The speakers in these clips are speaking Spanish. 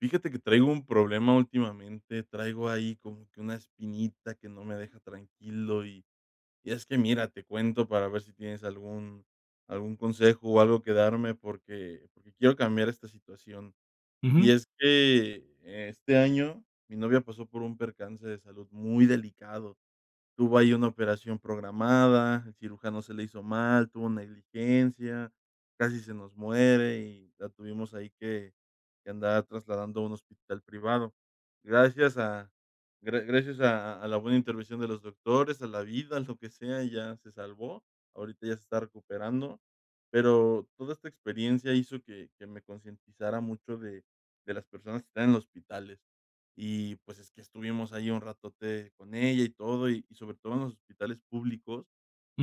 Fíjate que traigo un problema últimamente, traigo ahí como que una espinita que no me deja tranquilo y es que mira, te cuento para ver si tienes algún consejo o algo que darme porque quiero cambiar esta situación. Ujú, Y es que este año mi novia pasó por un percance de salud muy delicado. Tuvo ahí una operación programada, el cirujano se le hizo mal, tuvo negligencia, casi se nos muere y la tuvimos ahí que andar trasladando a un hospital privado. Gracias a gracias a la buena intervención de los doctores, a la vida, lo que sea, ya se salvó. Ahorita ya se está recuperando, pero toda esta experiencia hizo que me concientizara mucho de las personas que están en los hospitales. Y, pues, es que estuvimos ahí un ratote con ella y todo, y sobre todo en los hospitales públicos.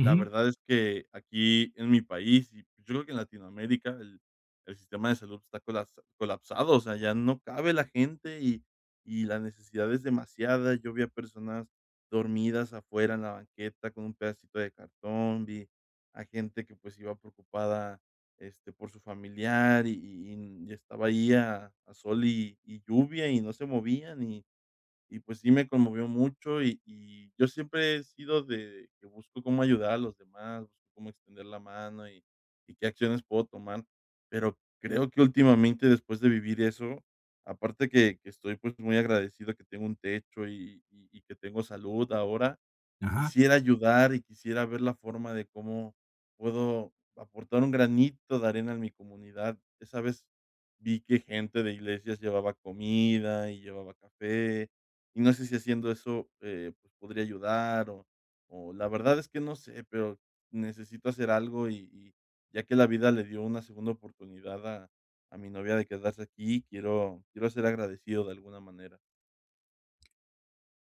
La verdad es que aquí en mi país, y yo creo que en Latinoamérica, el sistema de salud está colas colapsado, o sea, ya no cabe la gente y la necesidad es demasiada. Yo vi a personas dormidas afuera en la banqueta con un pedacito de cartón, vi a gente que, pues, iba preocupada, por su familiar, y estaba ahí a sol y lluvia, y no se movían, y pues sí me conmovió mucho, y yo siempre he sido de que busco cómo ayudar a los demás, busco cómo extender la mano, y qué acciones puedo tomar, pero creo que últimamente, después de vivir eso, aparte que estoy, pues, muy agradecido que tengo un techo, y que tengo salud ahora. ajá. Quisiera ayudar y quisiera ver la forma de cómo puedo aportar un granito de arena en mi comunidad. Esa vez vi que gente de iglesias llevaba comida y llevaba café, y no sé si haciendo eso, pues, podría ayudar o la verdad es que no sé, pero necesito hacer algo y ya que la vida le dio una segunda oportunidad a mi novia de quedarse aquí, quiero ser agradecido de alguna manera.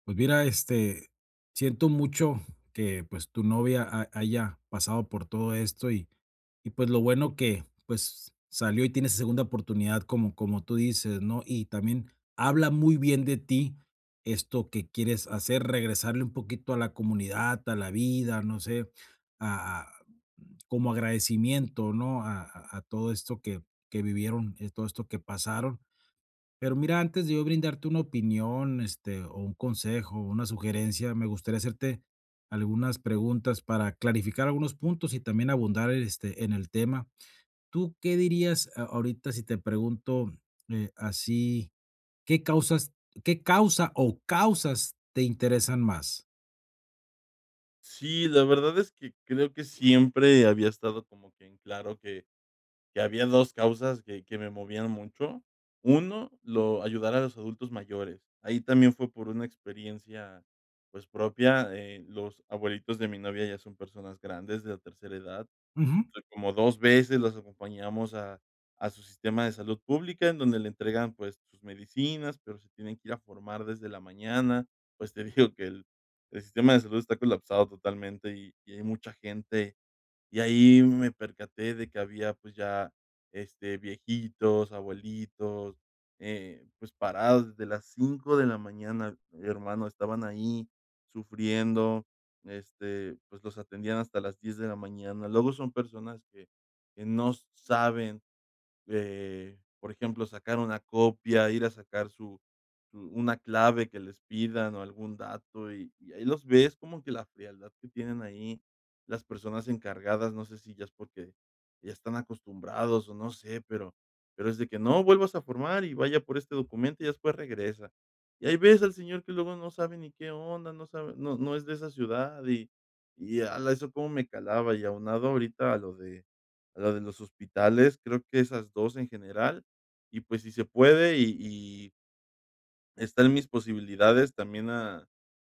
Pues mira, siento mucho que, pues, tu novia ha haya pasado por todo esto y, pues, lo bueno que, pues, salió y tiene esa segunda oportunidad como tú dices, ¿no? Y también habla muy bien de ti esto que quieres hacer, regresarle un poquito a la comunidad, a la vida, no sé, a como agradecimiento, ¿no? A todo esto que vivieron, todo esto que pasaron. Pero mira, antes de yo brindarte una opinión, o un consejo, o una sugerencia, me gustaría hacerte algunas preguntas para clarificar algunos puntos y también abundar, en el tema. ¿Tú qué dirías ahorita si te pregunto así, qué causas, qué causa o causas te interesan más? Sí, la verdad es que creo que siempre había estado como que en claro que había 2 causas que me movían mucho. Uno lo ayudar a los adultos mayores. Ahí también fue por una experiencia, pues, propia, los abuelitos de mi novia ya son personas grandes, de la tercera edad. Ujú, Entonces, como 2 veces los acompañamos a su sistema de salud pública, en donde le entregan, pues, sus medicinas, pero se tienen que ir a formar desde la mañana. Pues, te digo que el sistema de salud está colapsado totalmente y hay mucha gente y ahí me percaté de que había, pues, ya, viejitos, abuelitos, pues, parados desde las 5 de la mañana, hermano, estaban ahí sufriendo, pues, los atendían hasta las 10 de la mañana. Luego son personas que no saben, por ejemplo, sacar una copia, ir a sacar su una clave que les pidan o algún dato, y ahí los ves como que la frialdad que tienen ahí las personas encargadas, no sé si ya es porque ya están acostumbrados o no sé, pero es de que no, vuelvas a formar y vaya por este documento y después regresa. Y ahí ves al señor que luego no sabe ni qué onda, no sabe no es de esa ciudad y ala, eso cómo me calaba, y aunado ahorita a lo de la de los hospitales, creo que esas 2 en general, y pues si se puede y está en mis posibilidades también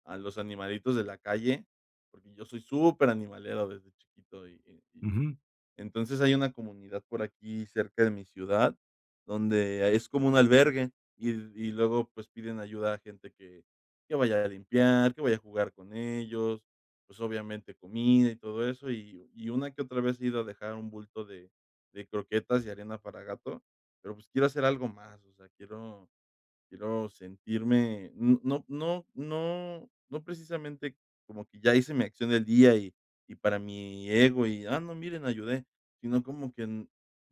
a los animalitos de la calle, porque yo soy superanimalero desde chiquito y ujú, entonces, hay una comunidad por aquí cerca de mi ciudad, donde es como un albergue, y y luego, pues, piden ayuda a gente que vaya a limpiar, que vaya a jugar con ellos, pues, obviamente comida y todo eso, y una que otra vez he ido a dejar un bulto de croquetas y arena para gato, pero, pues, quiero hacer algo más, o sea, quiero. Quiero sentirme, n no no no no precisamente como que ya hice mi acción del día y para mi ego y, ah, no, miren, ayudé, sino como que n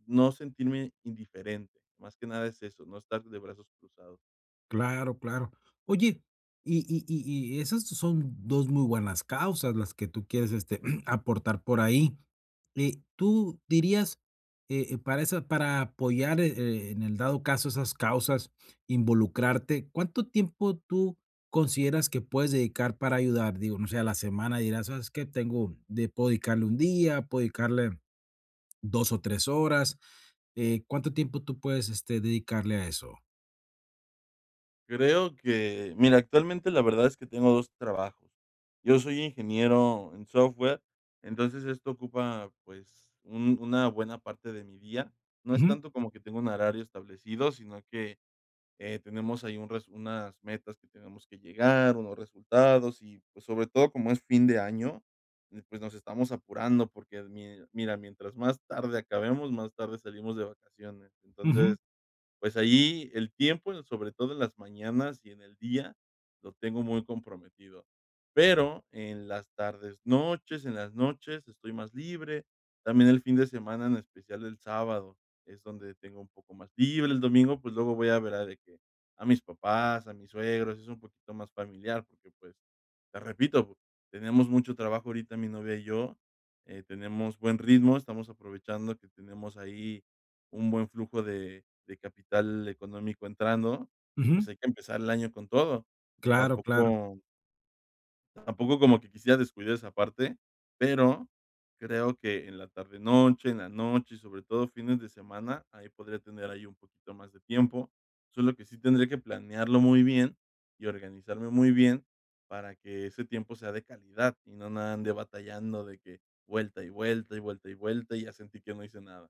no sentirme indiferente, más que nada es eso, no estar de brazos cruzados. claro, claro. Oye, y esas son dos muy buenas causas las que tú quieres aportar por ahí. ¿Tú dirías, para esa para apoyar, en el dado caso, esas causas, involucrarte, cuánto tiempo tú consideras que puedes dedicar para ayudar? Digo, no sé, a la semana dirás: "¿Sabes qué? Tengo de puedo dedicarle 1 día, puedo dedicarle 2 o 3 horas", ¿cuánto tiempo tú puedes, dedicarle a eso? Creo que, mira, actualmente la verdad es que tengo 2 trabajos. Yo soy ingeniero en software, entonces esto ocupa, pues, un una buena parte de mi día. No es Ujú, tanto como que tengo un horario establecido, sino que tenemos ahí un res unas metas que tenemos que llegar, unos resultados y, pues, sobre todo, como es fin de año, pues, nos estamos apurando porque mi mira, mientras más tarde acabemos, más tarde salimos de vacaciones. ujú, Entonces, pues ahí el tiempo, sobre todo en las mañanas y en el día, lo tengo muy comprometido. Pero en las tardes, noches, en las noches estoy más libre. También el fin de semana, en especial el sábado, es donde tengo un poco más libre. El domingo, pues luego voy a ver a de que a mis papás, a mis suegros, es un poquito más familiar, porque pues, te repito, tenemos mucho trabajo ahorita mi novia y yo, tenemos buen ritmo, estamos aprovechando que tenemos ahí un buen flujo de capital económico entrando, y ujú. pues, hay que empezar el año con todo. Claro, claro. Tampoco tampoco como que quisiera descuidar esa parte, pero creo que en la tarde-noche, en la noche y sobre todo fines de semana, ahí podría tener ahí un poquito más de tiempo, solo que sí tendría que planearlo muy bien y organizarme muy bien para que ese tiempo sea de calidad y no nada ande batallando de que vuelta y vuelta, y vuelta y vuelta, y ya sentí que no hice nada.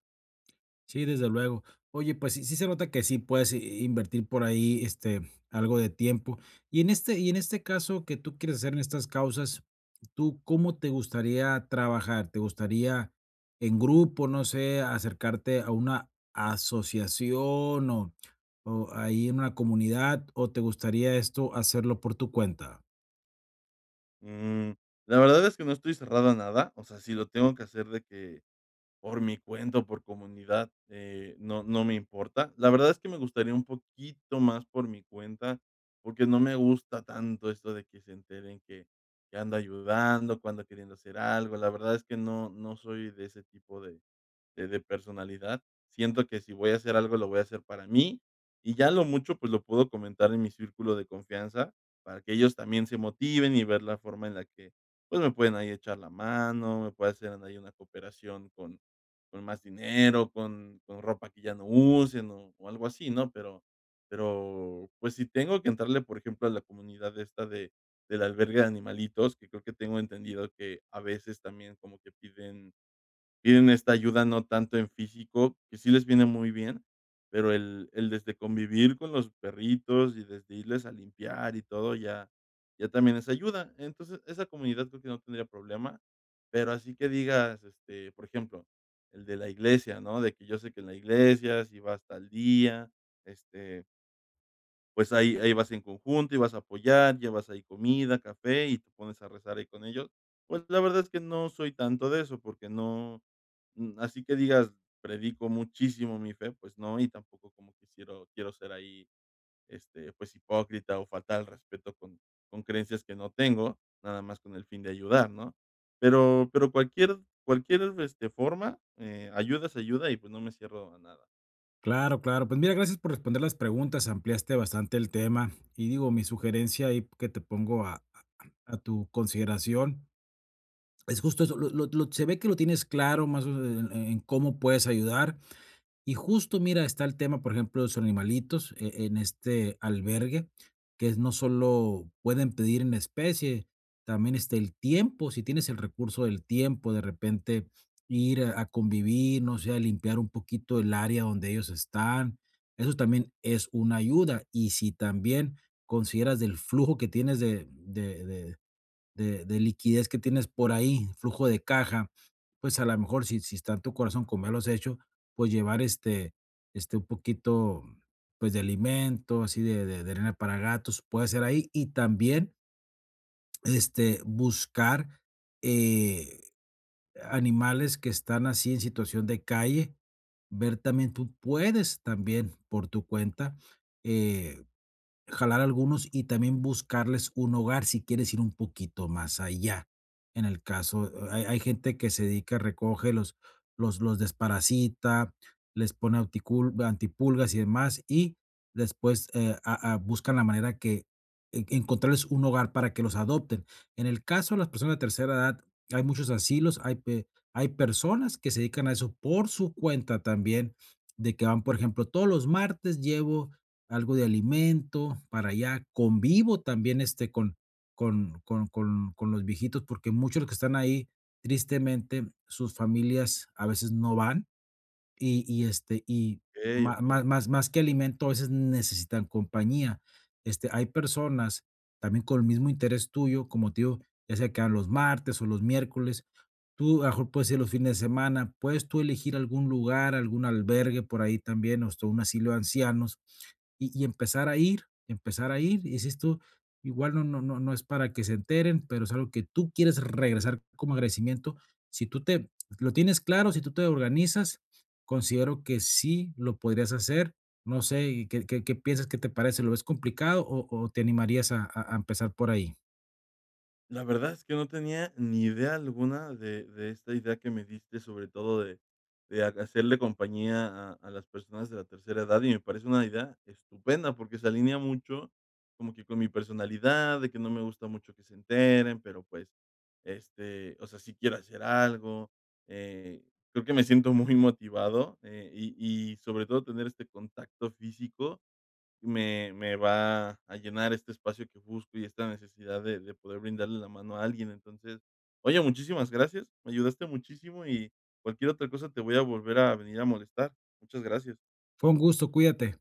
Sí, desde luego. Oye, pues sí, sí se nota que sí puedes invertir por ahí algo de tiempo. Y en este caso que tú quieres hacer en estas causas, ¿tú cómo te gustaría trabajar? ¿Te gustaría en grupo, no sé, acercarte a una asociación o ahí en una comunidad? ¿O te gustaría esto hacerlo por tu cuenta? Mm, la verdad es que no estoy cerrado a nada, o sea, si lo tengo que hacer de que por mi cuenta o por comunidad, no no me importa. La verdad es que me gustaría un poquito más por mi cuenta, porque no me gusta tanto esto de que se enteren que ando ayudando, cuando queriendo hacer algo. La verdad es que no no soy de ese tipo de de personalidad. Siento que si voy a hacer algo, lo voy a hacer para mí, y ya lo mucho, pues, lo puedo comentar en mi círculo de confianza, para que ellos también se motiven y ver la forma en la que, pues, me pueden ahí echar la mano, me puede hacer ahí una cooperación con más dinero, con ropa que ya no usen o algo así, ¿no? Pero, pues, si tengo que entrarle, por ejemplo, a la comunidad esta de del albergue de animalitos, que creo que tengo entendido que a veces también como que piden esta ayuda no tanto en físico, que sí les viene muy bien, pero el desde convivir con los perritos y desde irles a limpiar y todo ya también es ayuda. Entonces, esa comunidad creo que no tendría problema, pero así que digas, por ejemplo, el de la iglesia, ¿no? De que yo sé que en la iglesia sí vas tal día, este pues ahí vas en conjunto y vas a apoyar, llevas ahí comida, café y te pones a rezar ahí con ellos. Pues la verdad es que no soy tanto de eso, porque no, mm, así que digas, predico muchísimo mi fe, pues no, y tampoco como que quiero ser ahí, pues hipócrita o faltar respeto con creencias que no tengo, nada más con el fin de ayudar, ¿no? Pero cualquier, forma, ayuda es ayuda y, pues, no me cierro a nada. Claro, claro. Pues mira, gracias por responder las preguntas, ampliaste bastante el tema. Y digo, mi sugerencia ahí que te pongo a tu consideración es justo eso. Se ve que lo tienes claro más o menos en cómo puedes ayudar. Y justo, mira, está el tema, por ejemplo, de los animalitos en este albergue, que es no solo pueden pedir en especie, también está el tiempo, si tienes el recurso del tiempo, de repente ir a convivir, no sé, a limpiar un poquito el área donde ellos están, eso también es una ayuda. Y si también consideras del flujo que tienes de, de liquidez que tienes por ahí, flujo de caja, pues, a lo mejor si si está en tu corazón, como ya lo has hecho, pues, llevar, un poquito, pues, de alimento, así de arena para gatos, puede ser ahí. Y también, buscar, eh, animales que están así en situación de calle, ver también tú puedes también por tu cuenta, eh jalar algunos y también buscarles un hogar si quieres ir un poquito más allá. En el caso, hay, hay gente que se dedica, recoge los desparasita, les pone antipulgas y demás, y después buscan la manera que encontrarles un hogar para que los adopten. En el caso de las personas de tercera edad, hay muchos asilos, hay personas que se dedican a eso por su cuenta también, de que van, por ejemplo, todos los martes llevo algo de alimento para allá. Convivo también, con los viejitos, porque muchos de los que están ahí, tristemente, sus familias a veces no van. Y Okey, má okey. má más más que alimento, a veces necesitan compañía. Hay personas también con el mismo interés tuyo, como te digo, ya sea que hagan los martes o los miércoles. Tú, a lo mejor, puedes ir los fines de semana, puedes tú elegir algún lugar, algún albergue por ahí también, o hasta un asilo de ancianos, y empezar a ir, empezar a ir. Y dices tú, igual no es para que se enteren, pero es algo que tú quieres regresar como agradecimiento. Si tú te lo tienes claro, si tú te organizas considero que sí lo podrías hacer. No sé, y ¿qué piensas? ¿Qué te parece? ¿Lo ves complicado o te animarías a empezar por ahí? La verdad es que no tenía ni idea alguna de esta idea que me diste, sobre todo de ha hacerle compañía a las personas de la tercera edad, y me parece una idea estupenda, porque se alinea mucho como que con mi personalidad, de que no me gusta mucho que se enteren, pero, pues, o sea, sí quiero hacer algo, eh, creo que me siento muy motivado, y sobre todo tener este contacto físico, me va a llenar este espacio que busco y esta necesidad de poder brindarle la mano a alguien. Entonces, oye, muchísimas gracias, me ayudaste muchísimo y cualquier otra cosa te voy a volver a venir a molestar. Muchas gracias. Fue un gusto, cuídate.